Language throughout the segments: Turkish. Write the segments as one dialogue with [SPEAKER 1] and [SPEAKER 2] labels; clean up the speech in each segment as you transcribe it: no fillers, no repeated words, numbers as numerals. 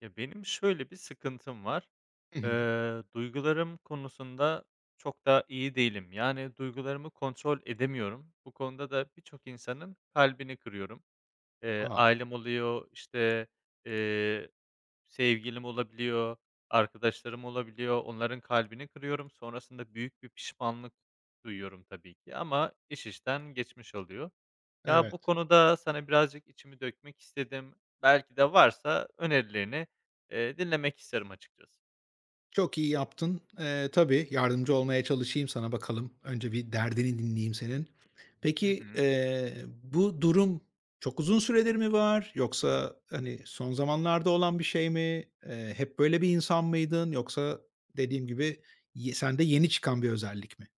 [SPEAKER 1] Ya, benim şöyle bir sıkıntım var.
[SPEAKER 2] Hı hı.
[SPEAKER 1] Duygularım konusunda çok da iyi değilim. Yani, duygularımı kontrol edemiyorum. Bu konuda da birçok insanın kalbini kırıyorum.
[SPEAKER 2] A!
[SPEAKER 1] Ailem oluyor, işte, eee, sevgilim olabiliyor, arkadaşlarım olabiliyor. Onların kalbini kırıyorum. Sonrasında büyük bir pişmanlık duyuyorum tabii ki ama iş işten geçmiş oluyor. Ya, bu
[SPEAKER 2] Evet.
[SPEAKER 1] konuda sana birazcık içimi dökmek istedim. Belki de varsa önerilerini, dinlemek isterim açıkçası.
[SPEAKER 2] Çok iyi yaptın. Tabii, yardımcı olmaya çalışayım sana bakalım. Önce bir derdini dinleyeyim senin.
[SPEAKER 1] Hı
[SPEAKER 2] Peki,
[SPEAKER 1] hı.
[SPEAKER 2] bu durum çok uzun süredir mi var yoksa, hani, son zamanlarda olan bir şey mi? Hep böyle bir insan mıydın yoksa dediğim gibi sende yeni çıkan bir özellik mi?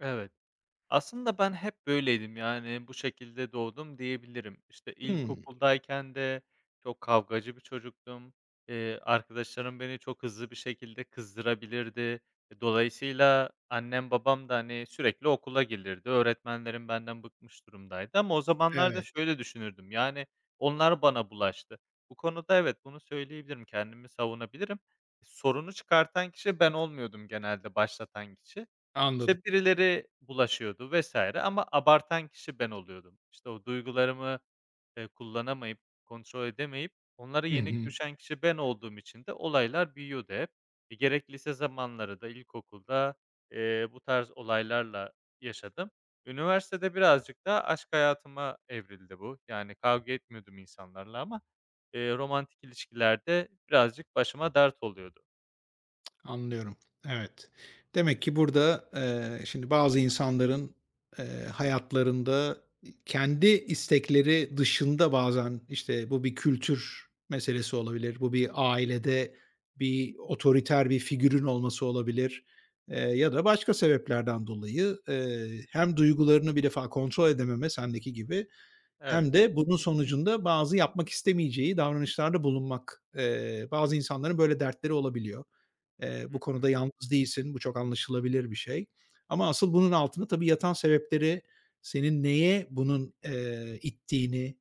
[SPEAKER 1] Evet. Aslında ben hep böyleydim, yani, bu şekilde doğdum diyebilirim. İşte,
[SPEAKER 2] Hımm.
[SPEAKER 1] ilkokuldayken de çok kavgacı bir çocuktum. Arkadaşlarım beni çok hızlı bir şekilde kızdırabilirdi. Dolayısıyla annem babam da, hani, sürekli okula gelirdi. Öğretmenlerim benden bıkmış durumdaydı ama o zamanlarda
[SPEAKER 2] Evet,
[SPEAKER 1] şöyle düşünürdüm, yani, onlar bana bulaştı. Bu konuda evet, bunu söyleyebilirim, kendimi savunabilirim. Sorunu çıkartan kişi ben olmuyordum genelde, başlatan kişi.
[SPEAKER 2] anladım.
[SPEAKER 1] İşte, birileri bulaşıyordu vesaire ama abartan kişi ben oluyordum. İşte, o duygularımı, kullanamayıp, kontrol edemeyip onlara
[SPEAKER 2] Hı
[SPEAKER 1] yenik
[SPEAKER 2] hı.
[SPEAKER 1] düşen kişi ben olduğum için de olaylar büyüyordu hep. Gerek lise zamanları da ilkokulda, bu tarz olaylarla yaşadım. Üniversitede birazcık daha aşk hayatıma evrildi bu. Yani kavga etmiyordum insanlarla ama, romantik ilişkilerde birazcık başıma dert oluyordu.
[SPEAKER 2] Anlıyorum. Evet. Demek ki burada, şimdi bazı insanların, eee, hayatlarında kendi istekleri dışında bazen, işte, bu bir kültür meselesi olabilir, bu bir ailede bir otoriter bir figürün olması olabilir, ya da başka sebeplerden dolayı, hem duygularını bir defa kontrol edememe sendeki gibi hem
[SPEAKER 1] Evet.
[SPEAKER 2] de bunun sonucunda bazı yapmak istemeyeceği davranışlarda bulunmak. Bazı insanların böyle dertleri olabiliyor. Eee,
[SPEAKER 1] Hı
[SPEAKER 2] bu
[SPEAKER 1] hı.
[SPEAKER 2] konuda yalnız değilsin. Bu çok anlaşılabilir bir şey. Ama asıl bunun altında tabii yatan sebepleri senin neye bunun, ittiğini,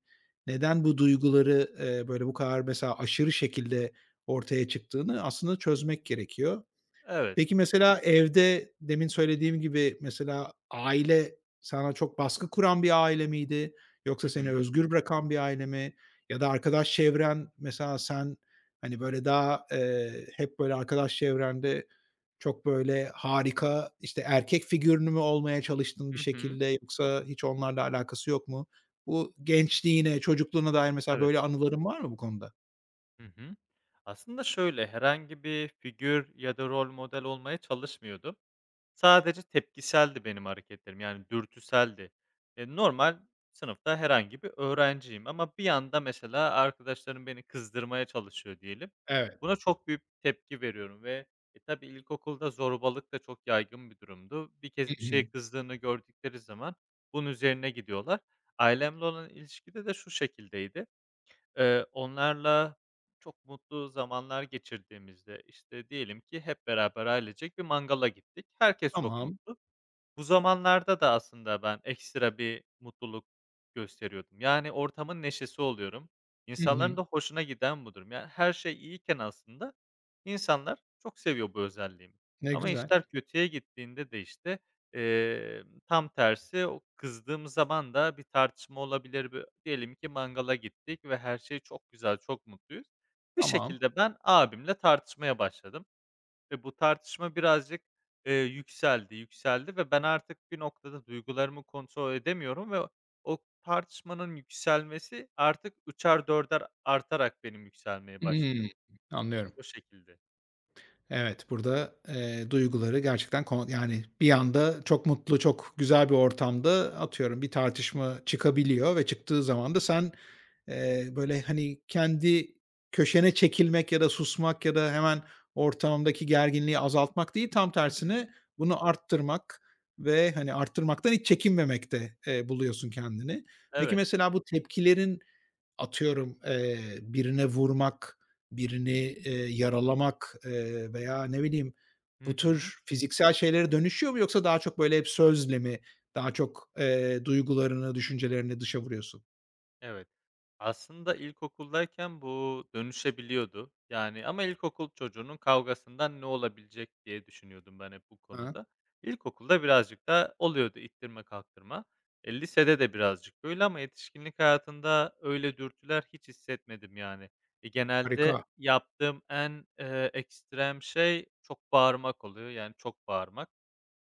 [SPEAKER 2] neden bu duyguları, böyle bu kadar mesela aşırı şekilde ortaya çıktığını aslında çözmek gerekiyor.
[SPEAKER 1] Evet.
[SPEAKER 2] Peki mesela evde demin söylediğim gibi mesela aile sana çok baskı kuran bir aile miydi?
[SPEAKER 1] Hı
[SPEAKER 2] Yoksa seni
[SPEAKER 1] hı.
[SPEAKER 2] özgür bırakan bir aile mi? Ya da arkadaş çevren mesela sen, hani, böyle, daha, hep, böyle, arkadaş çevrende çok, böyle, harika, işte, erkek figürünü mü olmaya çalıştın bir
[SPEAKER 1] Hı hı.
[SPEAKER 2] şekilde yoksa hiç onlarla alakası yok mu? Bu gençliğine, çocukluğuna dair mesela
[SPEAKER 1] Evet.
[SPEAKER 2] böyle anıların var mı bu konuda?
[SPEAKER 1] Hı hı. Aslında şöyle, herhangi bir figür ya da rol model olmaya çalışmıyordum. Sadece tepkiseldi benim hareketlerim, yani dürtüseldi. Normal sınıfta herhangi bir öğrenciyim ama bir anda mesela arkadaşlarım beni kızdırmaya çalışıyor diyelim.
[SPEAKER 2] Evet.
[SPEAKER 1] Buna çok büyük tepki veriyorum ve tabii ilkokulda zorbalık da çok yaygın bir durumdu. Bir
[SPEAKER 2] Hı
[SPEAKER 1] kez bir
[SPEAKER 2] hı.
[SPEAKER 1] şeye kızdığını gördükleri zaman bunun üzerine gidiyorlar. Ailemle olan ilişkide de şu şekildeydi. Onlarla çok mutlu zamanlar geçirdiğimizde, işte, diyelim ki hep beraber ailecek bir mangala gittik. Herkes çok
[SPEAKER 2] Tamam.
[SPEAKER 1] mutlu. Bu zamanlarda da aslında ben ekstra bir mutluluk gösteriyordum. Yani ortamın neşesi oluyorum.
[SPEAKER 2] Hı hı.
[SPEAKER 1] İnsanların da hoşuna giden bu durum. Yani her şey iyiyken aslında insanlar çok seviyor bu özelliğimi.
[SPEAKER 2] Ne
[SPEAKER 1] Ama
[SPEAKER 2] güzel.
[SPEAKER 1] işler kötüye gittiğinde de işte, tam tersi o kızdığım zaman da bir tartışma olabilir. Diyelim ki mangala gittik ve her şey çok güzel, çok mutluyuz. Bir
[SPEAKER 2] Tamam.
[SPEAKER 1] şekilde ben abimle tartışmaya başladım. Ve bu tartışma birazcık, yükseldi, yükseldi ve ben artık bir noktada duygularımı kontrol edemiyorum ve o tartışmanın yükselmesi artık üçer dörder artarak benim yükselmeye başlıyor.
[SPEAKER 2] Hımm, anlıyorum.
[SPEAKER 1] O şekilde.
[SPEAKER 2] Evet, burada, duyguları gerçekten yani bir anda çok mutlu, çok güzel bir ortamda atıyorum bir tartışma çıkabiliyor ve çıktığı zaman da sen, böyle, hani, kendi köşene çekilmek ya da susmak ya da hemen ortamdaki gerginliği azaltmak değil, tam
[SPEAKER 1] Hı hı.
[SPEAKER 2] tersine bunu arttırmak ve, hani, arttırmaktan hiç çekinmemekte, buluyorsun kendini. Peki,
[SPEAKER 1] Evet.
[SPEAKER 2] mesela bu tepkilerin atıyorum, birine vurmak, birini, yaralamak, veya ne bileyim
[SPEAKER 1] Hı
[SPEAKER 2] bu
[SPEAKER 1] hı.
[SPEAKER 2] tür fiziksel şeylere dönüşüyor mu yoksa daha çok böyle hep sözle mi daha çok, duygularını, düşüncelerini dışa vuruyorsun?
[SPEAKER 1] Evet. Aslında ilkokuldayken bu dönüşebiliyordu. Yani ama ilkokul çocuğunun kavgasından ne olabilecek diye düşünüyordum ben hep bu
[SPEAKER 2] Ha,
[SPEAKER 1] konuda. İlkokulda birazcık da oluyordu ittirme kalktırma. Lisede de birazcık böyle ama yetişkinlik hayatında öyle dürtüler hiç hissetmedim yani. Genelde
[SPEAKER 2] harika.
[SPEAKER 1] yaptığım en ekstrem şey çok bağırmak oluyor. Yani çok bağırmak.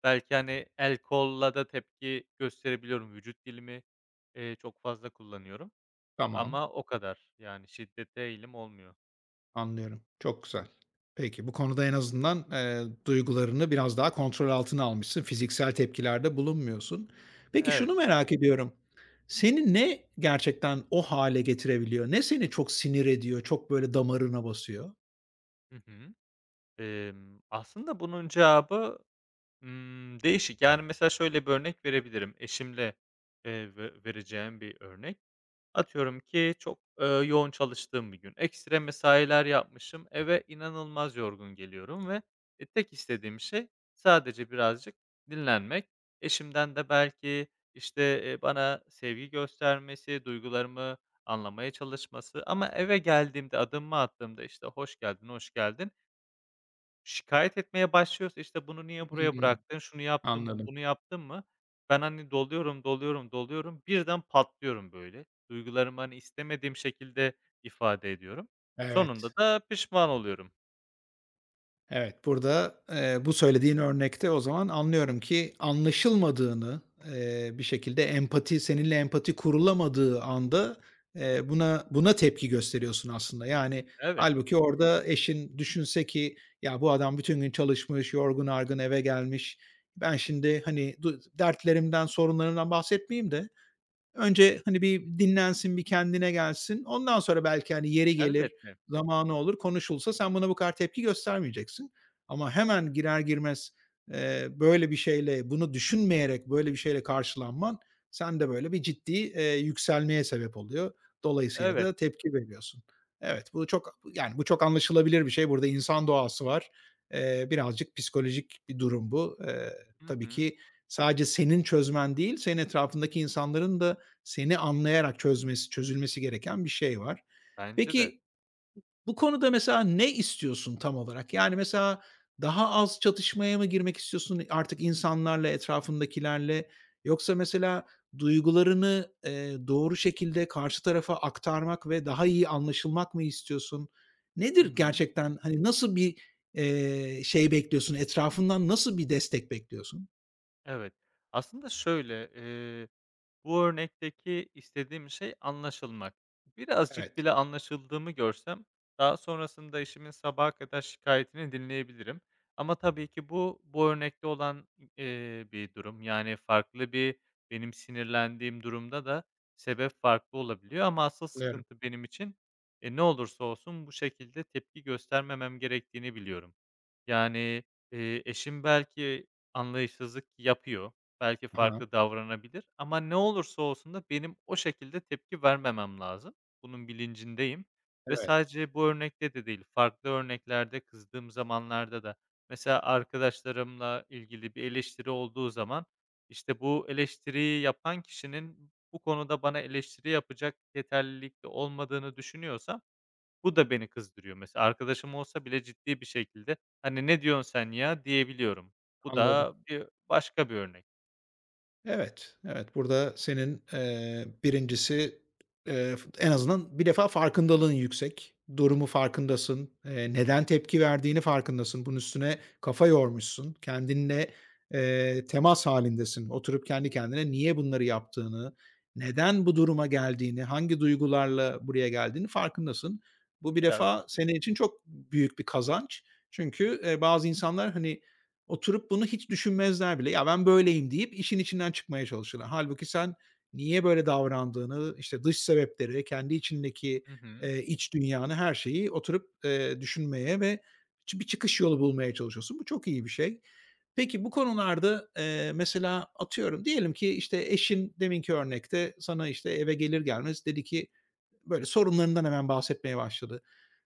[SPEAKER 1] Belki hani el kolla da tepki gösterebiliyorum. Vücut dilimi çok fazla kullanıyorum.
[SPEAKER 2] Tamam.
[SPEAKER 1] Ama o kadar. Yani şiddete eğilim olmuyor.
[SPEAKER 2] Anlıyorum. Çok güzel. Peki, bu konuda en azından, duygularını biraz daha kontrol altına almışsın. Fiziksel tepkilerde bulunmuyorsun. Peki,
[SPEAKER 1] Evet.
[SPEAKER 2] şunu merak ediyorum. Seni ne gerçekten o hale getirebiliyor? Ne seni çok sinir ediyor, çok böyle damarına basıyor?
[SPEAKER 1] Hı hı. Aslında bunun cevabı, değişik. Yani, mesela şöyle bir örnek verebilirim. Ve vereceğim bir örnek. Atıyorum ki çok, yoğun çalıştığım bir gün, ekstra mesailer yapmışım, eve inanılmaz yorgun geliyorum ve, tek istediğim şey sadece birazcık dinlenmek. Eşimden de belki, işte, bana sevgi göstermesi, duygularımı anlamaya çalışması ama eve geldiğimde, adımımı attığımda, işte, "Hoş geldin, hoş geldin." Şikâyet etmeye başlıyorsa, işte, "Bunu niye buraya
[SPEAKER 2] Hımm.
[SPEAKER 1] bıraktın? Şunu yaptın mı?
[SPEAKER 2] Anladım.
[SPEAKER 1] Bunu yaptın mı?" Ben, hani, doluyorum, doluyorum, doluyorum. Birden patlıyorum böyle. Duygularımı, hani, istemediğim şekilde ifade ediyorum.
[SPEAKER 2] Evet.
[SPEAKER 1] Sonunda da pişman oluyorum.
[SPEAKER 2] Evet, burada, bu söylediğin örnekte o zaman anlıyorum ki anlaşılmadığını, bir şekilde empati seninle empati kurulamadığı anda, buna tepki gösteriyorsun aslında. Yani
[SPEAKER 1] Evet,
[SPEAKER 2] hâlbuki orada eşin düşünse ki "Ya, bu adam bütün gün çalışmış, yorgun argın eve gelmiş. Ben şimdi, hani, dertlerimden, sorunlarımdan bahsetmeyeyim de önce, hani, bir dinlensin, bir kendine gelsin. Ondan sonra belki, hani, yeri gelir,
[SPEAKER 1] elbette.
[SPEAKER 2] zamanı olur, konuşulsa sen buna bu kadar tepki göstermeyeceksin. Ama hemen girer girmez, böyle bir şeyle, bunu düşünmeyerek böyle bir şeyle karşılanman sende böyle bir ciddi, yükselmeye sebep oluyor. Dolayısıyla
[SPEAKER 1] Evet.
[SPEAKER 2] da tepki veriyorsun." Evet, bu çok, yani, bu çok anlaşılabilir bir şey. Burada insan doğası var. Birazcık psikolojik bir durum bu. Eee,
[SPEAKER 1] Hı
[SPEAKER 2] tabii
[SPEAKER 1] hı.
[SPEAKER 2] ki sadece senin çözmen değil, senin etrafındaki insanların da seni anlayarak çözülmesi gereken bir şey var.
[SPEAKER 1] Bence de.
[SPEAKER 2] Peki, bu konuda mesela ne istiyorsun tam olarak? Yani, mesela daha az çatışmaya mı girmek istiyorsun artık insanlarla, etrafındakilerle? Yoksa mesela duygularını, doğru şekilde karşı tarafa aktarmak ve daha iyi anlaşılmak mı istiyorsun?
[SPEAKER 1] Hı
[SPEAKER 2] Nedir
[SPEAKER 1] hı.
[SPEAKER 2] gerçekten, hani, nasıl bir, şey bekliyorsun? Etrafından nasıl bir destek bekliyorsun?
[SPEAKER 1] Evet. Aslında şöyle, bu örnekteki istediğim şey anlaşılmak. Birazcık
[SPEAKER 2] Evet,
[SPEAKER 1] bile anlaşıldığımı görsem, daha sonrasında eşimin sabaha kadar şikayetini dinleyebilirim. Ama tabii ki bu örnekte olan, bir durum. Yani farklı bir benim sinirlendiğim durumda da sebep farklı olabiliyor ama asıl
[SPEAKER 2] anlıyorum.
[SPEAKER 1] sıkıntı benim için, ne olursa olsun bu şekilde tepki göstermemem gerektiğini biliyorum. Yani, eşim belki anlayışsızlık yapıyor. Belki
[SPEAKER 2] Ha,
[SPEAKER 1] farklı davranabilir ama ne olursa olsun da benim o şekilde tepki vermemem lazım. Bunun bilincindeyim ve
[SPEAKER 2] evet,
[SPEAKER 1] sadece bu örnekte de değil, farklı örneklerde kızdığım zamanlarda da mesela arkadaşlarımla ilgili bir eleştiri olduğu zaman, işte, bu eleştiriyi yapan kişinin bu konuda bana eleştiri yapacak yeterlilikte olmadığını düşünüyorsam bu da beni kızdırıyor. Mesela arkadaşım olsa bile ciddi bir şekilde, hani, "Ne diyorsun sen ya?" diyebiliyorum. Bu
[SPEAKER 2] anladım.
[SPEAKER 1] da bir başka bir örnek.
[SPEAKER 2] Evet, evet. Burada senin, 1'incisi, eee, en azından bir defa farkındalığın yüksek. Durumu farkındasın. Neden tepki verdiğini farkındasın. Bunun üstüne kafa yormuşsun. Kendinle, temas halindesin. Oturup kendi kendine niye bunları yaptığını, neden bu duruma geldiğini, hangi duygularla buraya geldiğini farkındasın. Bu bir
[SPEAKER 1] Birazcık.
[SPEAKER 2] defa senin için çok büyük bir kazanç. Çünkü, bazı insanlar, hani, oturup bunu hiç düşünmezler bile. "Ya, ben böyleyim." deyip işin içinden çıkmaya çalışırlar. Halbuki sen niye böyle davrandığını, işte, dış sebepleri, kendi içindeki,
[SPEAKER 1] Hı hı.
[SPEAKER 2] iç dünyanı, her şeyi oturup, düşünmeye ve bir çıkış yolu bulmaya çalışıyorsun. Bu çok iyi bir şey. Peki bu konularda, mesela atıyorum diyelim ki, işte, eşin deminki örnekte sana, işte, eve gelir gelmez dedi ki böyle sorunlarından hemen bahsetmeye başladı.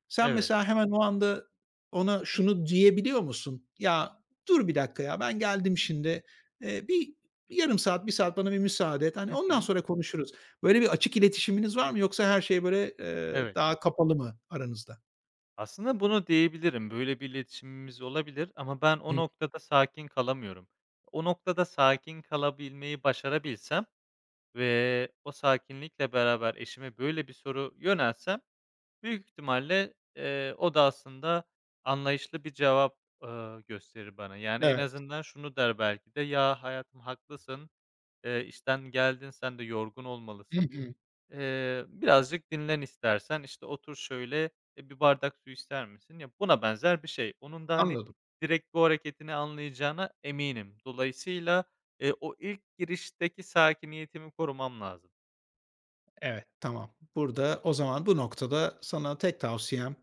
[SPEAKER 2] Sen
[SPEAKER 1] Evet.
[SPEAKER 2] mesela hemen o anda ona şunu diyebiliyor musun? "Ya, dur bir dakika ya, ben geldim şimdi, eee, bir bir yarım saat, bir saat bana bir müsaade et. Hani,
[SPEAKER 1] Hı
[SPEAKER 2] ondan
[SPEAKER 1] hı.
[SPEAKER 2] sonra konuşuruz." Böyle bir açık iletişiminiz var mı yoksa her şey böyle,
[SPEAKER 1] Evet.
[SPEAKER 2] daha kapalı mı aranızda?
[SPEAKER 1] Aslında bunu diyebilirim. Böyle bir iletişimimiz olabilir ama ben o
[SPEAKER 2] Hı.
[SPEAKER 1] noktada sakin kalamıyorum. O noktada sakin kalabilmeyi başarabilsem ve o sakinlikle beraber eşime böyle bir soru yöneltsem büyük ihtimalle, o da aslında anlayışlı bir cevap, gösterir bana. Yani, en
[SPEAKER 2] Evet.
[SPEAKER 1] azından şunu der belki de, "Ya, hayatım haklısın, işten geldin, sen de yorgun
[SPEAKER 2] Hı
[SPEAKER 1] olmalısın.
[SPEAKER 2] hı.
[SPEAKER 1] Birazcık dinlen istersen, işte, otur şöyle, bir bardak su ister misin?" Ya, buna benzer bir şey. Onun da, hani,
[SPEAKER 2] Anladım.
[SPEAKER 1] direkt bu hareketini anlayacağına eminim. Dolayısıyla, o ilk girişteki sakiniyetimi korumam lazım.
[SPEAKER 2] Evet, tamam. Burada o zaman bu noktada sana tek tavsiyem.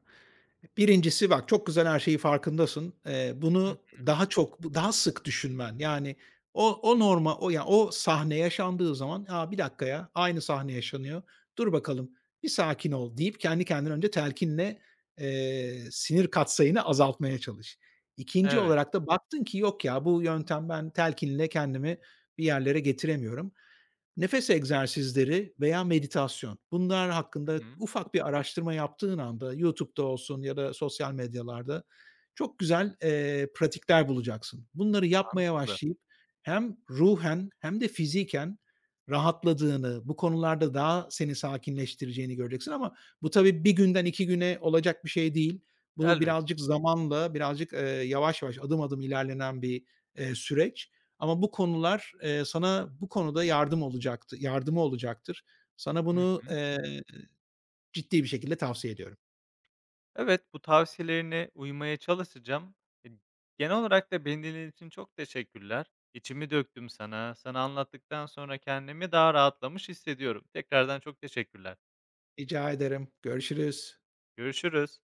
[SPEAKER 2] Birincisi, bak çok güzel her şeyi farkındasın. Eee,
[SPEAKER 1] Hıh.
[SPEAKER 2] bunu daha çok, bu daha sık düşünmen. Yani o o norma o ya o sahne yaşandığı zaman, "A, bir dakika ya, aynı sahne yaşanıyor. Dur bakalım, bir sakin ol." deyip kendi kendine önce telkinle, sinir katsayını azaltmaya çalış. İkinci
[SPEAKER 1] Evet.
[SPEAKER 2] olarak da baktın ki, "Yok ya, bu yöntem ben telkinle kendimi bir yerlere getiremiyorum." Nefes egzersizleri veya meditasyon. Bunlar
[SPEAKER 1] Hı
[SPEAKER 2] hakkında
[SPEAKER 1] hı.
[SPEAKER 2] ufak bir araştırma yaptığın anda YouTube'da olsun ya da sosyal medyalarda çok güzel, pratikler bulacaksın. Bunları yapmaya
[SPEAKER 1] Mantıklı.
[SPEAKER 2] başlayıp hem ruhen hem de fiziken rahatladığını, bu konularda daha seni sakinleştireceğini göreceksin ama bu tabii bir günden 2 güne olacak bir şey değil. Bu
[SPEAKER 1] Elbette.
[SPEAKER 2] birazcık zamanla, birazcık, yavaş yavaş adım adım ilerlenen bir, süreç. Ama bu konular, sana bu konuda yardımı olacaktır. Sana
[SPEAKER 1] Hı
[SPEAKER 2] bunu,
[SPEAKER 1] hı.
[SPEAKER 2] ciddi bir şekilde tavsiye ediyorum.
[SPEAKER 1] Evet, bu tavsiyelerine uymaya çalışacağım. E, genel olarak da beni dinlediğin için çok teşekkürler. İçimi döktüm sana. Sana anlattıktan sonra kendimi daha rahatlamış hissediyorum. Tekrardan çok teşekkürler.
[SPEAKER 2] Rica ederim. Görüşürüz.
[SPEAKER 1] Görüşürüz.